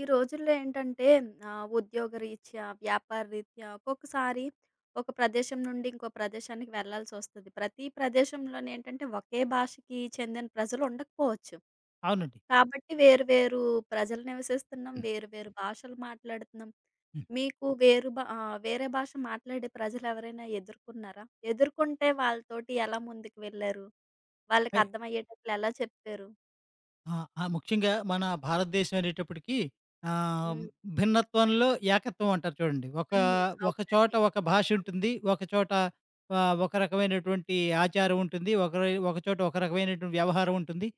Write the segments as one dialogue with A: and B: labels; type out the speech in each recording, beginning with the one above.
A: ఈ రోజుల్లో ఏంటంటే ఉద్యోగరీత్యా, వ్యాపారరీత్యా ఒక్కొక్కసారి ఒక ప్రదేశం నుండి ఇంకో ప్రదేశానికి వెళ్ళాల్సొస్తది. ప్రతి ప్రదేశంలోనేంటంటే ఒకే భాషకి చెందిన ప్రజలు ఉండకపోవచ్చు.
B: అవునండి.
A: కాబట్టి వేరు వేరు ప్రజలు నివసిస్తున్నాం. వేరు వేరు భాషలు మాట్లాడుతున్నాం.
B: హ్మ్.
A: మీకు వేరే భాష మాట్లాడే ప్రజలెవరైనా ఎదుర్కొన్నారా? ఎదుర్కొంటే వాళ్ళతోటి ఎలా ముందుకు వెళ్లారు?
B: అయి
A: వాళ్ళకర్థమయ్యేటట్లు ఎలా చెప్పారు?
B: ముఖ్యంగా మన భారతదేశం అనేటప్పటికి ఆహ్,
A: హ్మ్.
B: భిన్నత్వంలో ఏకత్వం అంటారు చూడండి.
A: హ్మ్.
B: ఒక చోట
A: అవునండి.
B: ఒక భాష
A: అవును.
B: ఉంటుంది. ఒక చోట ఒక రకమైనటువంటి ఆచారం ఉంటుంది. ఒక చోట ఒక రకమైనటువంటి వ్యవహారం ఉంటుంది.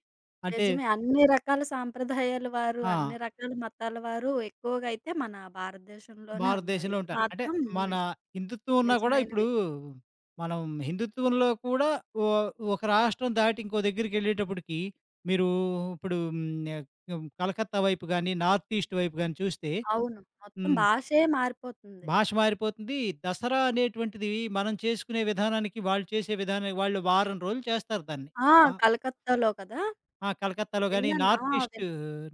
B: అంటే
A: నిజమే. అన్ని రకాల సాంప్రదాయాల వారు,
B: ఆ!
A: అన్ని రకాల మతాల వారు ఎక్కువగా అయితే మన భారతదేశంలోనే ఉన్నారు.
B: భారతదేశంలో
A: ఇది
B: ఉంటారు. అంటే
A: మాత్రం హ్మ్.
B: మన హిందుత్వం ఉన్నా కూడా
A: నిజమైన
B: ఇప్పుడు
A: విషయం.
B: మనం హిందుత్వంలో కూడా ఒ ఒక రాష్ట్రం దాటి ఇంకో దగ్గరికెళ్ళేటప్పటికి మీరు ఇప్పుడు కలకత్తా వైపు గాని, నార్త్ ఈస్ట్ వైపు గాని చూస్తే
A: అవును. మొత్తం
B: హ్మ్,
A: భాషే మారిపోతుంది.
B: భాష మారిపోతుంది. దసరా అనేటువంటిది మనం చేసుకునే విధానానికి వాళ్ళు చేసే విధానానికి వాళ్ళు వారం రోజులు చేస్తారు దాన్ని.
A: ఆ!
B: ఆ!
A: కలకత్తాలో కదా!
B: ఆ! కలకత్తాలో గాని
A: విన్నాను. ఆ! విన్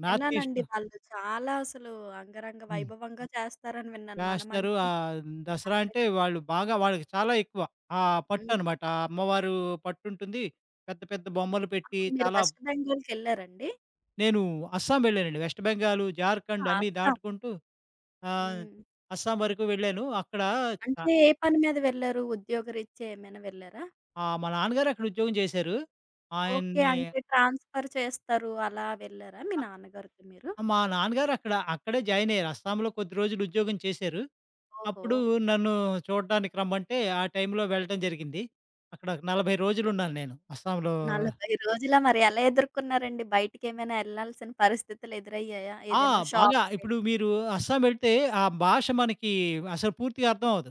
B: నార్త్ ఈస్ట్
A: విన్నానండి. వాళ్ళు చాలా అసలు అంగరంగ
B: హ్మ్.
A: వైభవంగా చేస్తారని విన్నాను.
B: వేస్తారు.
A: మనమంటే
B: దసరా అంటే
A: అంతగా
B: వాళ్ళు బాగా వాళ్ళకి చాలా ఎక్కువ. ఆ
A: హ్మ్.
B: పట్టనమాట. ఆ అమ్మవారు పట్టుంటుంది. పెద్ద పెద్ద బొమ్మలు
A: ఆ!
B: పెట్టి
A: మీరు
B: చాలా.
A: వెస్ట్ బెంగాల్‌కెళ్లారండి?
B: నేను అస్సాం వెళ్ళానండి. వెస్ట్ బెంగాల్,
A: ఆ!
B: జార్ఖండ్ అన్నీ
A: అస్సాం.
B: దాటుకుంటూ ఆహ్,
A: హ్మ్.
B: అస్సాం వరకు వెళ్ళాను. అక్కడ చ
A: అంటే ఏ పని మీద వెళ్లారు? ఉద్యోగరీత్యా ఏమైనా వెళ్లారా?
B: మా నాన్నగారు అక్కడ ఉద్యోగం చేశారు.
A: ఓకే.
B: ఆయన్ని
A: అంటే ట్రాన్స్‌ఫర్ చేస్తారు. అలా వెళ్లారా మీ నాన్నగారితో మీరు?
B: అ మా నాన్నగారు అక్కడే జాయిన్ అయ్యారు. అస్సాంలో కొద్ది రోజులు ఉద్యోగం చేశారు.
A: ఓహో!
B: అప్పుడు నన్ను చూడడానికి రమ్మంటే ఆ టైంలో వెళ్ళటం జరిగింది. అక్కడ 40 రోజులున్నాను నేను అస్సాంలో.
A: 40 రోజులా మరి ఎలా ఎదుర్కొన్నారండి? బయటికేమైనా ఎళ్ళాల్సిన పరిస్థితులు ఎదురయ్యాయా?
B: ఆ!
A: ఏదైనా
B: బాగా.
A: షాప్‌కె
B: ఇప్పుడు మీరు అస్సాం వెళ్తే ఆ భాష మనకి అసలు పూర్తిగా అర్థం అవ్వదు.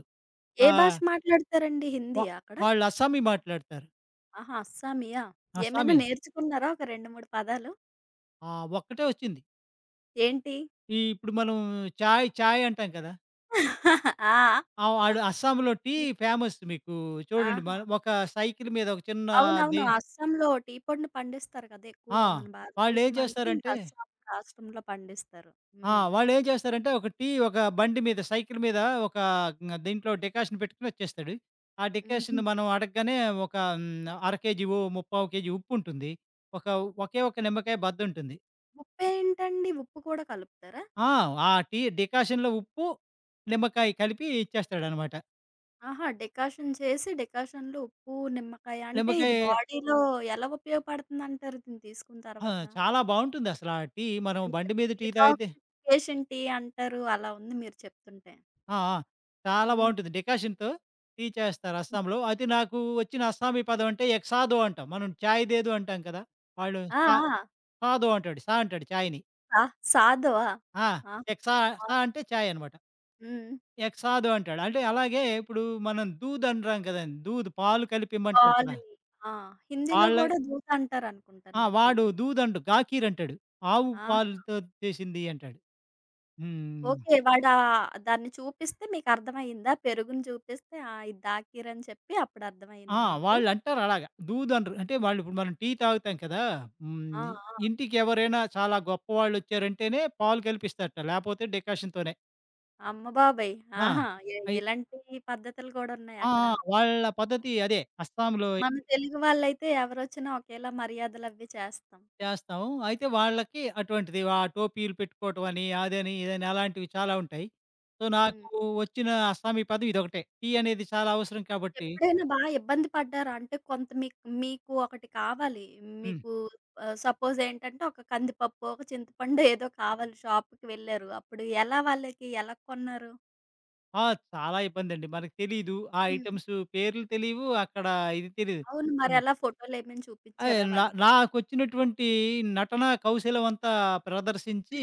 A: ఏ భాష
B: ఆహ్,
A: మాట్లాడతారండి?
B: వా
A: హిందీయా అక్కడ?
B: వాళ్ళు అస్సామీ మాట్లాడతారు.
A: ఆహా! అస్సామీయా? ఏమైనా
B: అస్సామీ.
A: నేర్చుకున్నారా ఒక 2, 3 పదాలు?
B: ఆ! ఒక్కటే వచ్చింది.
A: ఏంటి?
B: ఇప్పుడు మనం చాయ్, చాయ్ అంటాం కదా!
A: ఆ!
B: ఆ! ఆడు అస్సాంలో టీ
A: హ్మ్.
B: ఫేమస్ మీకు చూడండి.
A: ఆహా!
B: మన ఒక సైకిల్ మీద ఒక చిన్న
A: అవునవును.
B: ది
A: అస్సాంలో టీ పొడిని పండిస్తారు కదా!
B: ఆ!
A: ఎక్కువగా మన
B: వాళ్ళేం
A: భారతదేశం అంటే ఇంకా
B: చేస్తారంటే
A: అస్సాం రాష్ట్రంలో పండిస్తారు.
B: ఆ!
A: హ్మ్.
B: వాడేం చేస్తారంటే ఒక టీ ఒక బండి మీద సైకిల్ మీద ఒక గ్ దీంట్లో డికాషన్ పెట్టుకొని వచ్చేస్తాడు. ఆ
A: హుహు.
B: డికాషన్ మనం అడగగానే ఒక హ్మ్, అర కేజీ, ఓ ముప్పావు కేజీ ఉప్పుంటుంది. ఒక ఒకే ఒక నిమ్మకాయ బద్దుంటుంది.
A: ఉప్పేంటండి? ఉప్పు కూడా కలుపుతారా?
B: ఆ! ఆ టీ డికాషన్‌లో ఉప్పు, నిమ్మకాయ కలిపి ఇచ్చేస్తాడనమాట.
A: ఆహా! డికాషన్ చేసి డికాషన్‌లో ఉప్పు, నిమ్మకాయ అంటే ఇది
B: నిమ్మకాయ
A: బాడీలో ఎలా ఉపయోగపడుతుందంటారు దీన్ని తీసుకున్న
B: ఆ!
A: తర్వాత?
B: చాలా బావుంటుందసల ఆ టీ. మనం
A: అంటే
B: బండి మీద టీ తాగితే
A: డిటాక్సిఫికేషన్ టీ అంటారు. అలా ఉంది మీరు చెప్తుంటే.
B: ఆ! ఆ! చాలా
A: హ్మ్.
B: బావుంటుంది. డికాషన్‌తో టీ చేస్తారు అస్సాంలో. అయితే నాకు వచ్చిన అస్సామీ పదం అంటే ఎక్సాదో అంటాం. మనం చాయ్ దేదో అంటాం కదా! వాళ్ళు
A: ఆ!
B: సా
A: ఆ!
B: సాదో అంటాడు. సా అంటాడు చాయ్‌ని.
A: సా సాదవా?
B: ఆ!
A: ఆ!
B: ఎక్సా
A: బా
B: సా అంటే చాయ్ అనమాట.
A: హ్మ్.
B: ఎక్సాదో అంటాడు. అంటే అలాగే ఇప్పుడు మనం దూద్ అంటాం కదండీ. దూద్ పాలు కలిపి ఇమ్మంటాం కదా!
A: పాలని. ఆ! హిందీలో
B: వాళ్ళ
A: గూడా దూత్ అంటారనుకుంటాను
B: ఆ!
A: నాకు
B: వాడు
A: తెలిసి.
B: దూద్ అండు గాకీర్ అంటాడు. ఆవు
A: ఆ!
B: పాలుతో చేసింది అంటాడు. హ్మ్.
A: ఓకే. వాడా దాన్ని చూపిస్తే మీకర్థమయిందా? పెరుగుని చూపిస్తే ఆ! ఇది దాకీర్ అని చెప్పి అప్పుడు
B: ఆ!
A: అర్థమయిందా మీకు?
B: వాళ్ళంటారు అలాగా. దూదు అనరు. అంటే వాళ్ళిప్పుడు మనం టీ తాగుతాం కదా!
A: ఆ!
B: హ్మ్.
A: ఆ!
B: ఇంటికి ఎవరైనా చాలా గొప్పవాళ్ళొచ్చారంటేనే పాలు కలిపిస్తారట. లేపోతే డికాషన్‌తోనే.
A: అమ్మ బాబోయ్!
B: ఆ!
A: ఆహా! ఎ
B: అయి
A: ఇలాంటి పద్ధతులు కూడా ఉన్నాయి
B: ఆ!
A: అక్కడ.
B: ఆ! వాళ్ళ పద్ధతి అదే. అస్సాంలో
A: మన తెలుగు వాళ్ళైతే ఎవరొచ్చినా ఒకేలా మర్యాదలవి చేస్తాం.
B: చేస్తాము. అయితే వాళ్ళకి అటువంటిది ఆ టోపీలు పెట్టుకోవటం అని, అదని, ఇదని అలాంటివి చాలా ఉంటాయి. సో,
A: హ్మ్.
B: నాకు వచ్చిన అస్సామీ పదం ఇదొకటే. టీ అనేది చాలా అవసరం కాబట్టి
A: ఎప్పుడైనా బాగా ఇబ్బంది పడ్డారా? అంటే కొంత మీకు మీకు ఒకటి కావాలి.
B: హ్మ్.
A: మీకు సపోజ్ ఏంటంటే ఒక కందిపప్పో, ఒక చింతపండో ఏదో కావాలి షాప్‌కి వెళ్లారు. అప్పుడు ఎలా వాళ్ళకి ఎలా కొన్నారు?
B: ఆ! చాలా ఇబ్బందండి. మనకు తెలీదు. ఆ
A: హ్మ్.
B: ఐటెమ్స్ పేర్లు తెలీవు. అక్కడ ఇది తెలీదు.
A: అవును. మరెలా ఫోటోలేమైనా
B: అదే
A: చూపిచ్చారా వాళ్ళకి?
B: నాకొచ్చినటువంటి నటనా కౌశలమంతా ప్రదర్శించి,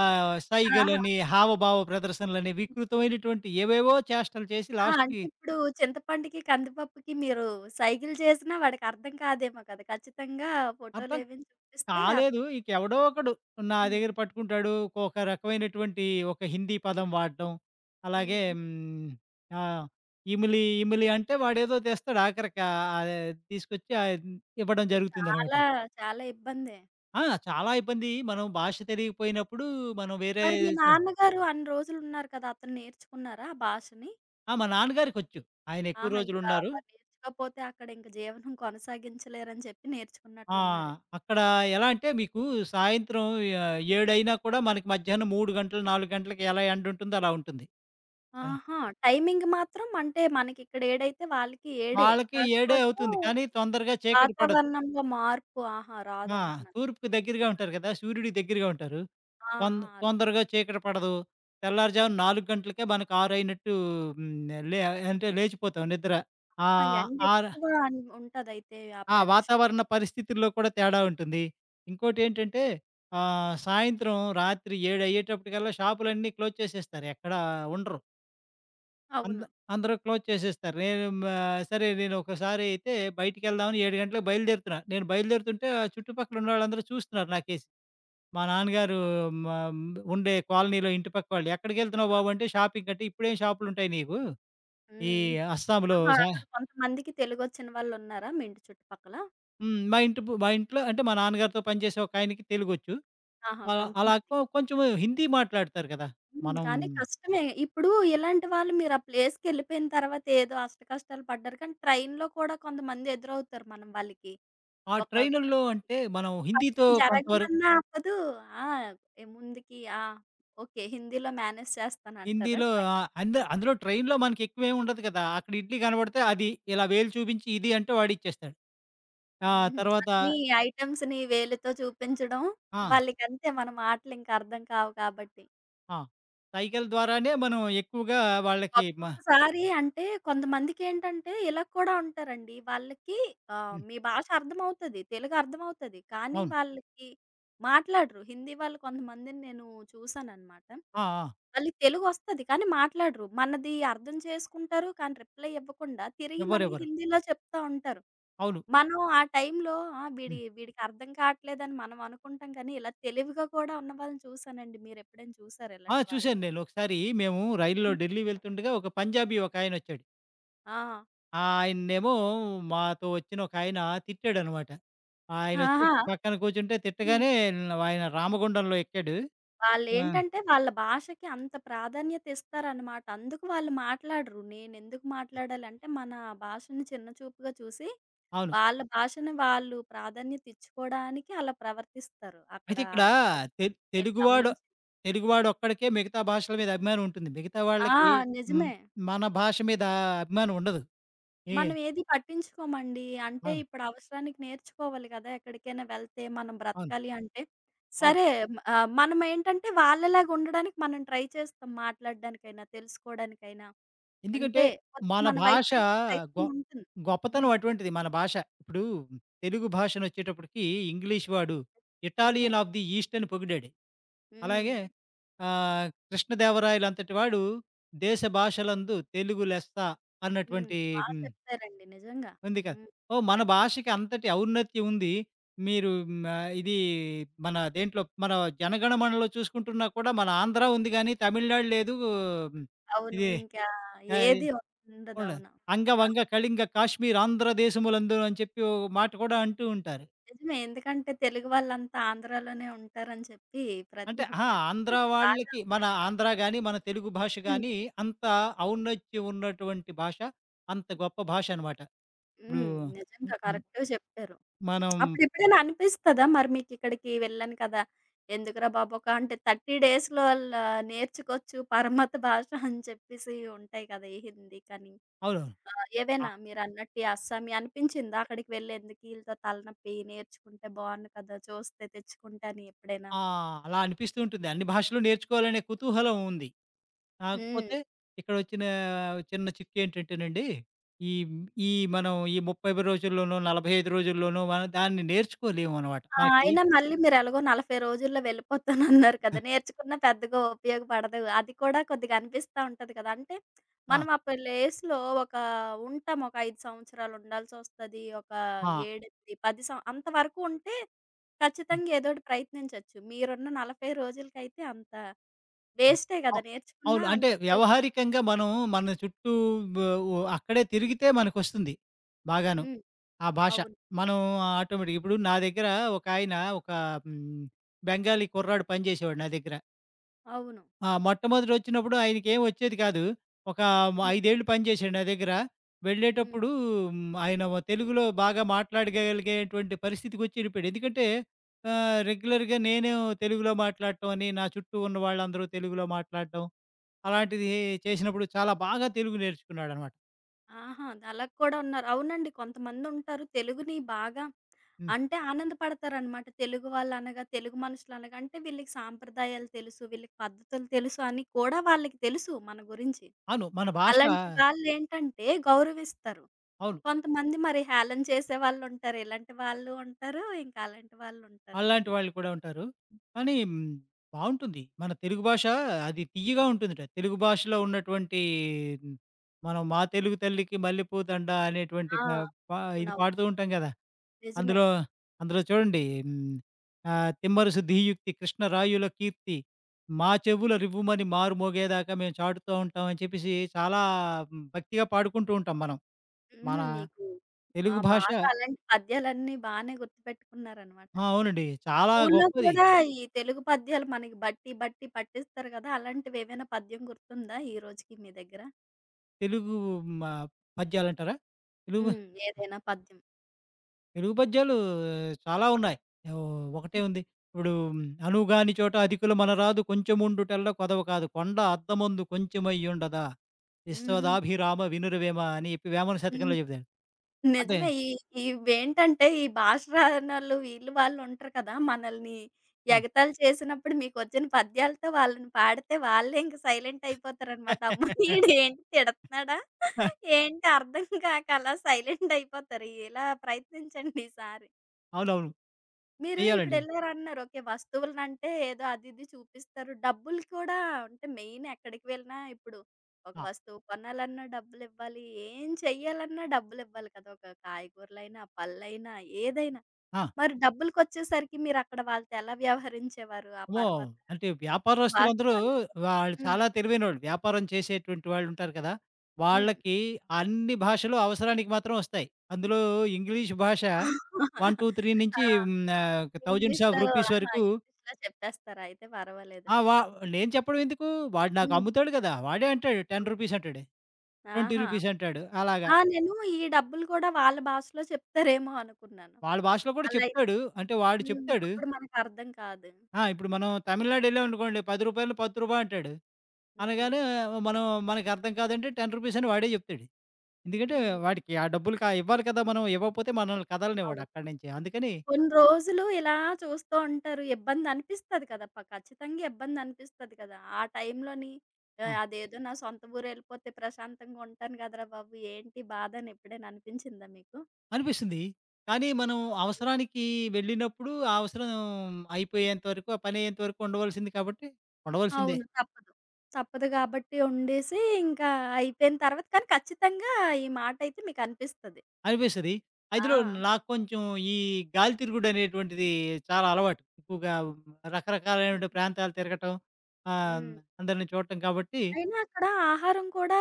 A: ఆహా!
B: సైగలని, హావభావ ప్రదర్శనలని, వికృతమైనటువంటి ఏవేవో చేష్టలు చేసి
A: ఆ! అంటే
B: లాస్ట్‌కి
A: ఇప్పుడు చింతపండుకి, కందిపప్పుకి మీరు సైగలు చేసినా వాడికర్థం కాదేమో కదా! ఖచ్చితంగా
B: అర్థం
A: ఫోటోలేవైనా చూపిస్తే అర్థం
B: కాలేదు. ఇక ఎవడో ఒకడు నా
A: హ్మ్.
B: దగ్గర పట్టుకుంటాడు. ఒక రకమైనటువంటి ఒక హిందీ పదం వాడడం. అలాగే
A: హ్మ్.
B: హ్మ్, ఆ! ఇమిలి, ఇమిలి అంటే వాడేదో తెస్తాడు ఆఖరికి తీసుకొచ్చి ఇవ్వడం
A: అయితే
B: జరుగుతుందనమాట.
A: చాలా, చాలా ఇబ్బందే.
B: ఆ! చాలా ఇబ్బంది. మనం భాష తెలియకపోయినప్పుడు మనం వేరే.
A: మరి మీ నాన్నగారు అన్ని రోజులున్నారు కదా! అతను నేర్చుకున్నారా ఆ భాషని?
B: ఆ! మా నాన్నగారికొచ్చు. ఆయన ఎక్కువ
A: ఆహా! ఇంకా
B: రోజులున్నారు.
A: మరి నేర్చుకోకపోతే అక్కడ ఇంక జీవనం కొనసాగించలేరని చెప్పి
B: ఆ!
A: నేర్చుకున్నట్లున్నారు.
B: అక్కడ ఎలా అంటే మీకు సాయంత్రం 7:00 కూడా మనకి మధ్యాహ్నం 3 గంటలు, 4 గంటలకి ఎలా ఎండుంటుందో అలా ఉంటుంది. ఆ!
A: ఆహా! టైమింగ్ మాత్రం అంటే మనకిక్కడ ఏడైతే వాళ్ళకి ఏడే.
B: వాళ్ళకి 7:00
A: కాకపోతే
B: అవుతుంది. కానీ తొందరగా చీకటి పడదు.
A: వాతావరణంలో మార్పు ఆహా!
B: ఆ!
A: రాదంటున్నారు.
B: తూర్పుకి
A: ఓకే.
B: దగ్గరగా ఉంటారు కదా! సూర్యుడికి దగ్గరగా ఉంటారు.
A: ఆ!
B: తొం
A: ఆ!
B: తొందరగా చీకటి పడదు.
A: హ్మ్.
B: తెల్లారుజామున 4 గంటలకే మనకు 6 అయినట్టు హ్మ్. లే అంటే లేచిపోతాం నిద్ర. ఆ!
A: ఆ!
B: ఆర
A: ఎండెక్కువ అన్ ఉంటదైతే ఆ
B: ఆ!
A: ప్రదేశం.
B: వాతావరణ పరిస్థితుల్లో కూడా తేడా ఉంటుంది. ఇంకోటేంటంటే ఆహ్, సాయంత్రం రాత్రి 7 అయ్యేటప్పటికల్లా షాపులన్నీ క్లోజ్ చేసేస్తారు. ఎక్కడా ఉండరు. అంద
A: అవును.
B: అందరూ క్లోజ్ చేసేస్తారు. నేను మా సరే నేను ఒకసారి అయితే బయటికెళ్దామని 7 గంటలకు బయలుదేరుతున్నా. నేను బయలుదేరుతుంటే ఆ చుట్టుపక్కల ఉన్నోళ్ళందరూ చూస్తున్నారు నాకేసి. మా నాన్నగారు మా ఉండే కాలనీలో ఇంటి పక్క వాళ్ళు. "ఎక్కడికెళ్తున్నావు బాబు" అంటే "షాపింగ్" అంటే "ఇప్పుడేం షాపులుంటాయి నీకు? ఈ
A: హ్మ్.
B: అస్సాంలో"
A: ఆహా!
B: సా
A: అక్కడ కొంతమందికి తెలుగొచ్చిన వాళ్ళున్నారా మీ ఇంటి చుట్టుపక్కల?
B: హ్మ్. మా ఇంటి పు మా ఇంట్లో అంటే మా నాన్నగారితో పనిచేసే ఒకాయనకి తెలుగొచ్చు.
A: ఆహా!
B: అలా అలా
A: కొంతమంది.
B: కొ కొంచెం హిందీ మాట్లాడతారు కదా!
A: హ్మ్.
B: మనం
A: కానీ కష్టమే. ఇప్పుడు ఇలాంటి వాళ్ళు మీరు ఆ ప్లేస్‌కెళ్ళిపోయిన తర్వాత ఏదో అష్టకష్టాలు పడ్డారు. కానీ ట్రైన్‌లో కూడా కొంతమంది ఎదురవుతారు మనం వాళ్ళకి.
B: ఆ
A: ఒక
B: ట్రైనుల్లో
A: పక్కకి
B: అంటే మనం హిందీతో
A: పక్కకి
B: కొంతవరకు
A: జరగమన్నా అవ్వదు. ఆ! ముందుకి ఆ! ఓకే. హిందీలో మేనేజ్ చేస్తానంటారా
B: హిందీలో
A: ట్రైన్?
B: ఆహ్, అంద అందులో ట్రైన్‌లో మనకెక్కువేమి ఉండదు కదా! అక్కడ ఇడ్లీ కనబడితే అది ఇలా వేలు చూపించి ఇది అంటే వాడిచ్చేస్తాడు. ఆ
A: హుహు.
B: తర్వాత
A: అన్ని ఐటెమ్స్‌ని వేలుతో చూపించడం.
B: ఆ!
A: వాళ్ళకంతే మన మాటలింక అర్థం కావు కాబట్టి.
B: ఆ! సైగల ద్వారానే మనం ఎక్కువగా వాళ్ళకి మ
A: ఒక్కొక్కసారి అంటే కొంతమందికేంటంటే ఇలా కూడా ఉంటారండి. వాళ్ళకి
B: హ్మ్.
A: మీ భాష అర్థమవుతది. తెలుగు అర్థమవుతది. కానీ
B: అవును.
A: వాళ్ళకి మాట్లాడరు. హిందీ వాళ్ళు కొంతమందిని నేను చూసాననమాట.
B: ఆ! ఆ!
A: వాళ్ళకి తెలుగొస్తది. కానీ మాట్లాడరు. మనది అర్థం చేసుకుంటారు. కానీ రిప్లై ఇవ్వకుండా తిరిగి మనకి
B: ఇవ్వరివ్వరు.
A: హిందీలో చెప్తా ఉంటారు.
B: అవును.
A: మనం ఆ టైంలో ఆ! వీడి
B: హ్మ్.
A: వీడికి అర్థం కావట్లేదని మనం అనుకుంటాం కానీ, ఇలా తెలివిగా కూడా ఉన్న వాళ్ళని చూసానండి. మీరెప్పుడైనా చూసారా
B: ఆ!
A: ఇలాంటి వాళ్ళని?
B: చూసాను నేను. ఒకసారి మేము రైలులో
A: హ్మ్.
B: ఢిల్లీ వెళ్తుండగా ఒక పంజాబీ ఒకాయనొచ్చాడు.
A: ఆ!
B: ఆయన్నేమో మాతో వచ్చిన ఒకాయన తిట్టాడనమాట. ఆయనొచ్చి
A: అహా!
B: పక్కన కూర్చుంటే
A: హ్మ్.
B: తిట్టగానే ఆయన రామగుండంలో ఎక్కాడు. ఆ!
A: వాళ్ళేంటంటే వాళ్ళ భాషకి అంత ప్రాధాన్యత ఇస్తారనమాట. అందుకు వాళ్ళు మాట్లాడరు. నేనెందుకు మాట్లాడాలంటే మన భాషని చిన్న చూపుగా చూసి,
B: అవును.
A: వాళ్ళ భాషని వాళ్ళు ప్రాధాన్యత ఇచ్చుకోవడానికి అలా ప్రవర్తిస్తారు. అక్కడ
B: అయితే ఇక్కడ
A: అర్థం అది
B: తె
A: నేను
B: తెలుగువాడు
A: గమనించింది.
B: తెలుగువాడు ఒక్కడికే మిగతా భాషల మీద అభిమానం ఉంటుంది. మిగతా
A: ఆ!
B: వాళ్ళకి హ్మ్.
A: నిజమే.
B: మన భాష మీద అభిమానం ఉండదు. ఏ
A: మనం ఏది పట్టించుకోమండి. అంటే
B: అవును.
A: ఇప్పుడు అవసరానికి నేర్చుకోవాలి గదా! ఎక్కడికైనా వెళ్తే మనం
B: అవును.
A: బ్రతకాలి అంటే.
B: అవును.
A: సరే మనమేంటంటే వాళ్ళలాగా ఉండడానికి మనం ట్రై చేస్తాం మాట్లాడడానికైనా, తెలుసుకోవడానికైనా.
B: ఎందుకంటే
A: అంటే కొద్దిగా
B: మన
A: మన వైపు
B: భాష
A: నుంచి
B: గొ
A: ప్రయత్నం ఉంటుంది. హ్మ్.
B: గొప్పతనం అటువంటిది మన భాష. ఇప్పుడు తెలుగు భాషనొచ్చేటప్పటికి ఇంగ్లీష్ వాడు
A: నిజమే.
B: ఇటాలియన్ ఆఫ్ ది ఈస్ట్ అని పొగిడాడు. అలాగే
A: హ్మ్.
B: 'కృష్ణదేవరాయలంతటి వాడు దేశ భాషలందు తెలుగు లెస్స'
A: హ్మ్.
B: అన్నటువంటి
A: బా
B: హ్మ్.
A: చెప్పారండి నిజంగా.
B: ఉంది కదా!
A: హ్మ్.
B: ఓహ్! మన భాషకి అంతటి ఔన్నత్యం ఉంది. మీరు హ్మ్, ఆహ్, ఇది మన దేంట్లో మన జనగణమనలో చూసుకుంటున్నా కూడా మన ఆంధ్ర ఉంది గానీ, తమిళనాడు లేదు. ఉమ్,
A: అవును.
B: ఇది
A: ఇంకా
B: ఆహ్, ఇ
A: ఏది ఉండదు.
B: ఉండదు.
A: అవును.
B: 'అంగ,
A: ఆ!
B: వంగ, కళింగ, కాశ్మీర్ ఆంధ్ర దేశములందును' అని చెప్పి ఓ మాట కూడా అంటూ ఉంటారు.
A: నిజమే. ఎందుకంటే తెలుగు వాళ్ళంతా ఆంధ్రాలోనే ఉంటారని చెప్పి ప్రతి
B: అంటే అహా! ఆంధ్ర
A: ఒక్కరికి బాధ
B: వాళ్ళకి మన
A: ఉంది కదా!
B: ఆంధ్ర గాని, మన తెలుగు భాష
A: హ్మ్.
B: గాని అంత ఔన్నత్యం ఉన్నటువంటి భాష. అంత గొప్ప భాష అనమాట. ఇప్పుడు
A: హ్మ్.
B: హ్మ్,
A: నిజంగా
B: హ్మ్.
A: కరెక్ట్‌గా చెప్పారు.
B: మనం
A: అప్పుడెప్పుడైనా అనిపిస్తదా మరి మీకిక్కడికి వెళ్ళాను కదా! ఎందుకురా బాబు ఒక అంటే 30 డేస్‌లో ఆళ్ళ నేర్చుకోవచ్చు పరమత భాష అని చెప్పేసి ఉంటాయి కదా! ఈ హిందీ కానీ
B: అవును. అ
A: ఏవైనా మీరన్నట్టు ఈ అస్సామీ అనిపించిందా? అక్కడికి వెళ్ళేందుకు ఈళ్ళతో తలనొప్పి నేర్చుకుంటే బావుండు కదా! చూస్తే తెచ్చుకుంటే అని ఎప్పుడైనా?
B: ఆ! అలా అనిపిస్తూ ఉంటుంది. అన్ని భాషలు నేర్చుకోవాలనే కుతూహలం ఉంది.
A: హ్మ్.
B: కాకపోతే ఇక్కడొచ్చిన చిన్న చిక్కేంటంటేనండి, ఈ ఈ మనం ఈ 35 రోజుల్లోనో, 45 రోజుల్లోనో మనం దాన్ని నేర్చుకోలేమనమాట.
A: ఆ!
B: మనకి
A: అయినా మళ్ళీ మీరెలాగో 40 రోజుల్లో వెళ్ళిపోతానన్నారు కదా! నేర్చుకున్న పెద్దగా ఉపయోగపడదు. అది కూడా కొద్దిగా అనిపిస్తా ఉంటది కదా! అంటే
B: ఆ!
A: మనం ఆ ప్లేస్‌లో ఒక ఉంటాం. ఒక 5 సంవత్సరాలు ఉండాల్సొస్తది. ఒక
B: ఆ!
A: 7, 10 సం అంతవరకు ఉంటే ఖచ్చితంగా ఏదోటి ప్రయత్నించొచ్చు. మీరున్న 40 రోజులకైతే అంత వేస్టే
B: అ
A: కదా! నేర్చుకున్నా
B: అవును.
A: అంత
B: అంటే
A: ఉపయోగపడదు.
B: వ్యావహారికంగా మనం మన చుట్టూ వ ఉ అక్కడే తిరిగితే మనకొస్తుంది బాగాను.
A: హ్మ్.
B: ఆ భాష.
A: అవును.
B: మనం ఆటోమేటిక్. ఇప్పుడు నా దగ్గర ఒకాయన ఒక హ్మ్, బెంగాలీ కుర్రాడు పనిచేసేవాడు నా దగ్గర.
A: అవును.
B: ఆ! మొట్టమొదటొచ్చినప్పుడు ఆయనకేం వచ్చేది కాదు. ఒక మ
A: హ్మ్.
B: 5 ఏళ్ళు పనిచేశాడు నా దగ్గర.
A: హ్మ్.
B: వెళ్ళేటప్పుడు హ్మ్, ఆయన వ తెలుగులో బాగా మాట్లాడగలిగేటువంటి పరిస్థితికొచ్చి వెళ్ళిపోయాడు. ఎందుకంటే రెగ్యులర్‌గా నేను తెలుగులో మాట్లాడటం అని, నా చుట్టూ ఉన్న వాళ్ళందరూ తెలుగులో మాట్లాడటం, అలాంటిది చేసినప్పుడు చాలా బాగా తెలుగు నేర్చుకున్నాడనమాట.
A: ఆహా! అలాగ కూడా ఉన్నారు. అవునండి. కొంతమందుంటారు తెలుగుని బాగా
B: హ్మ్.
A: అంటే ఆనందపడతారనమాట. తెలుగు వాళ్ళనగా, తెలుగు మనుషులనగా అంటే వీళ్ళకి సాంప్రదాయాలు తెలుసు, వీళ్ళకి పద్ధతులు తెలుసు అని కూడా వాళ్ళకి తెలుసు మన గురించి.
B: అవును. మన భాష
A: అలాంటి వాళ్ళేంటంటే గౌరవిస్తారు.
B: అవును.
A: కొంతమంది మరి హేళన చేసే వాళ్ళుంటారు. ఇలాంటి వాళ్ళు ఉంటారు. ఇంకా అలాంటి వాళ్ళుంటారు
B: అలాంటి
A: ఇంకే.
B: వాళ్ళు కూడా ఉంటారు. కానీ హ్మ్, బావుంటుంది. మన తెలుగు భాష అది తియ్యగా ఉంటుందట. తెలుగు భాషలో ఉన్నటువంటి హ్మ్, మనం 'మా తెలుగు తల్లికి మల్లెపూ దండ' అనేటువంటి
A: ఆ!
B: ప పా ఇది
A: అవునవును.
B: పాడుతూ ఉంటాం గదా!
A: నిజమే.
B: అందులో అందులో చూడండి 'తిమ్మరుసు ధీయుక్తి కృష్ణరాయుల కీర్తి మా చెవుల రివ్వుమని మారు మోగేదాకా మేము చాటుతూ ఉంటాం' అని చెప్పేసి చాలా భక్తిగా పాడుకుంటూ ఉంటాం మనం.
A: హుహు.
B: మన
A: మీకు ఆ!
B: తెలుగు భాష.
A: బాగా అలాంటి పద్యాలన్నీ బానే గుర్తుపెట్టుకున్నారనమాట.
B: ఆ! అవునండి. చాలా
A: స్కూల్లో
B: గొప్పది.
A: కూడా ఈ తెలుగు పద్యాలు మనకి బట్టి, బట్టి పట్టిస్తారు కదా! అలాంటివి ఏవైనా పద్యం గుర్తుందా ఈ రోజుకి మీ దగ్గర?
B: తెలుగు మా పద్యాలంటారా? తెలుగు
A: హ్మ్. ఏదైనా పద్యం?
B: తెలుగు పద్యాలు చాలా ఉన్నాయి. ఓ ఒకటే ఉంది. ఇప్పుడు 'అనుగాని చోట అధికులు మనరాదు కొంచెముండుటల్ల కొదవ కాదు కొండ అద్దమందు కొంచెమయ్యుండదా
A: హ్మ్.
B: విశ్వదాభిరామ వినురవేమ' అని చెప్పి వేమన
A: హ్మ్.
B: శతకంలో చెప్తాడు. అంటే
A: నిజమే. ఈ ఇవేంటంటే ఈ భాష రానోళ్ళు వీళ్ళు వాళ్ళు ఉంటారు కదా! మనల్ని
B: ఆ!
A: ఎగతాళి చేసినప్పుడు మీకొచ్చిన పద్యాలతో వాళ్ళని పాడితే వాళ్ళే ఇంక సైలెంట్ అయిపోతారనమాట. అమ్మో! ఈడేంటి తిడతన్నాడా? ఏంటి తిడుతున్నాడా ఏంటి అర్థం కాక అలా సైలెంట్ అయిపోతారు. ఇలా ప్రయత్నించండి ఈసారి.
B: అవునవును.
A: మీరు
B: చెయ్యాలండి.
A: ఇప్పుడెళ్లారన్నారు. ఓకే. వస్తువులనంటే ఏదో అది ఇది చూపిస్తారు. డబ్బులు కూడా అంటే మెయిన్ ఎక్కడికి వెళ్ళినా ఇప్పుడు ఒక
B: ఆ!
A: వస్తువు కొనాలన్నా డబ్బులివ్వాలి. ఏం చెయ్యాలన్నా డబ్బులివ్వాలి కదా! ఒక కాయగూరలైనా, పళ్ళైనా, ఏదైనా.
B: ఆ!
A: మరి డబ్బులకొచ్చేసరికి మీరక్కడ వాళ్ళతో ఎలా వ్యవహరించేవారు? ఆ
B: అమ్మో!
A: పరభత
B: అంటే
A: భాష
B: వ్యాపారస్తులందరూ
A: వాళ్ళతో?
B: వాళ్ళు
A: హ్మ్.
B: చాలా తెలివైనోళ్ళు. వ్యాపారం చేసేటువంటి వాళ్ళుంటారు కదా!
A: హ్మ్.
B: వాళ్ళకి అన్ని భాషలు అవసరానికి మాత్రం వస్తాయి. అందులో ఇంగ్లీష్ భాష 1, 2, 3
A: ఆ!
B: నుంచి హ్మ్. థౌసండ్స్ ఆఫ్
A: ఇంగ్లీష్‌లో
B: రూపీస్
A: ఆహా!
B: వరకు
A: ఇంగ్లీష్‌లో చెప్పేస్తారా? అయితే
B: ఆ! వా
A: పర్వాలేదులెండి.
B: నేను చెప్పడం ఎందుకు? వాడు నాకు
A: హ్మ్.
B: అమ్ముతాడు కదా! వాడే అంటాడు. రూ.
A: హ్మ్.
B: 10 రూపాయలు అంటాడు. రూ.
A: ఆహా!
B: 20 రూపాయలు అంటాడు. అలాగా.
A: ఆ! నేను ఈ డబ్బులు కూడా వాళ్ళ భాషలో చెప్తారేమో అనుకున్నాను.
B: వాళ్ళ భాషలో కూడా
A: అలా అయి
B: చెప్తాడు. అంటే వాడు
A: హ్మ్.
B: చెప్తాడు.
A: అప్పుడు మనకర్థం కాదు.
B: ఆ! ఇప్పుడు మనం తమిళనాడు ఎళ్ళామనుకోండి రూ. 10 రూపాయలు "10 రూపాయలు" పత్తు రూపా అంటాడు.
A: హ్మ్.
B: అనగానే మనం మనకు అర్థం కాదంటే రూ. 10 రూపాయలు అని వాడే చెప్తాడు. ఎందుకంటే
A: హ్మ్.
B: వాడికి ఆ డబ్బులు ఇవ్వాలి కదా! మనం ఇవ్వకపోతే మనల్ని కదలనివ్వడు
A: అవును.
B: అక్కడి నుంచి. అందుకని
A: కొన్ని రోజులు ఇలా చూస్తూ ఉంటారు. ఇబ్బందనిపిస్తది కదా! ప ఖచ్చితంగా ఇబ్బందనిపిస్తది కదా! ఆ టైంలోని
B: ఆ!
A: అదేదో నా సొంత ఊరెళ్ళిపోతే ప్రశాంతంగా ఉంటాను కదరా బాబు! ఏంటి బాధని ఎప్పుడైనా అనిపించిందా మీకు?
B: అనిపిస్తుంది. కానీ మనం అవసరానికి వెళ్ళినప్పుడు ఆ అవసరం అయిపోయేంత వరకు, ఆ పనయ్యేంత వరకు ఉండవలసింది కాబట్టి ఉండవలసిందే
A: అవును. తప్పదు. తప్పదు కాబట్టి ఉండేసి ఇంకా అయిపోయిన తర్వాత కానీ ఖచ్చితంగా ఈ మాటయితే మీకనిపిస్తది.
B: అనిపిస్తది. అందులో
A: ఆ!
B: నాకు కొంచెం ఈ గాలి తిరుగుడనేటువంటిది చాలా అలవాటు. ఎక్కువగా
A: హ్మ్.
B: రకరకాలైనటువంటి ప్రాంతాలు తిరగటం, ఆహ్,
A: హ్మ్.
B: అందరిని చూడటం కాబట్టి.
A: అయినా అక్కడ ఆహారం కూడా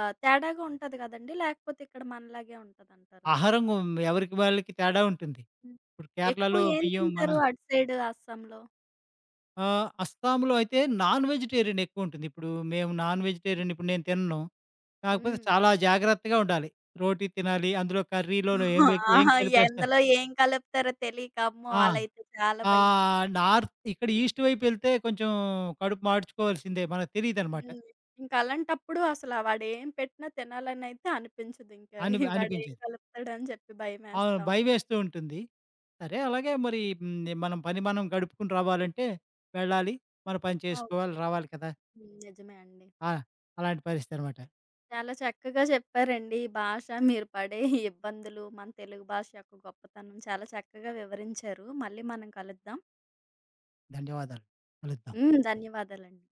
A: తేడాగా ఉంటది గదండీ! లేకపోతే ఇక్కడ మనలాగే ఉంటదంటారా?
B: ఆహారం ఎవరికి వాళ్ళకి తేడా ఉంటుంది.
A: హ్మ్.
B: ఇప్పుడు
A: ఎక్కువ
B: కేరళలో
A: ఏం
B: బియ్యం మన
A: తింటారు అటు సైడ్ అస్సాంలో?
B: అస్సాంలో అయితే నాన్ వెజిటేరియన్ ఎక్కువుంటుంది. ఇప్పుడు మేము నాన్ వెజిటేరియన్ ఇప్పుడు నేను తినను. కాకపోతే
A: హ్మ్.
B: చాలా జాగ్రత్తగా ఉండాలి. రోటీ తినాలి. అందులో కర్రీలోను ఏం
A: ఆహా!
B: కలిపేస్తారు
A: ఎందులో ఏం కలుపుతారో తెలీక అమ్మో!
B: ఆ!
A: అలా అయితే చాలా భయం.
B: నార్త్ ఇక్కడ ఈస్ట్ వైపెళ్తే కొంచెం కడుపు మాడ్చుకోవాల్సిందే. మనకు తెలీదనమాట.
A: హ్మ్. ఇంక అలాంటప్పుడు అసల వాడేం పెట్టినా తినాలనైతే అనిపించదు ఇంకా.
B: అని
A: వాడేం
B: అనిపించేది.
A: కలుపుతాడని చెప్పి
B: అవును.
A: భయమేస్తా ఉంటుంది.
B: భయమేస్తూ ఉంటుంది. సరే అలాగే మరి హ్మ్. మనం గడుపుకొని రావాలంటే వెళ్ళాలి. మన పని
A: అవును.
B: చేసుకోవాలి. రావాలి కదా!
A: హ్మ్. నిజమే అండి.
B: ఆ! అలాంటి పరిస్థితి అనమాట.
A: చాలా చక్కగా చెప్పారండి. ఈ భాష, మీరు పడే ఈ ఇబ్బందులు, మన తెలుగు భాష యొక్క గొప్పతనం చాలా చక్కగా వివరించారు. మళ్ళీ మనం కలుద్దాం.
B: ధన్యవాదాలు. కలుద్దాం.
A: హ్మ్. ధన్యవాదాలండి.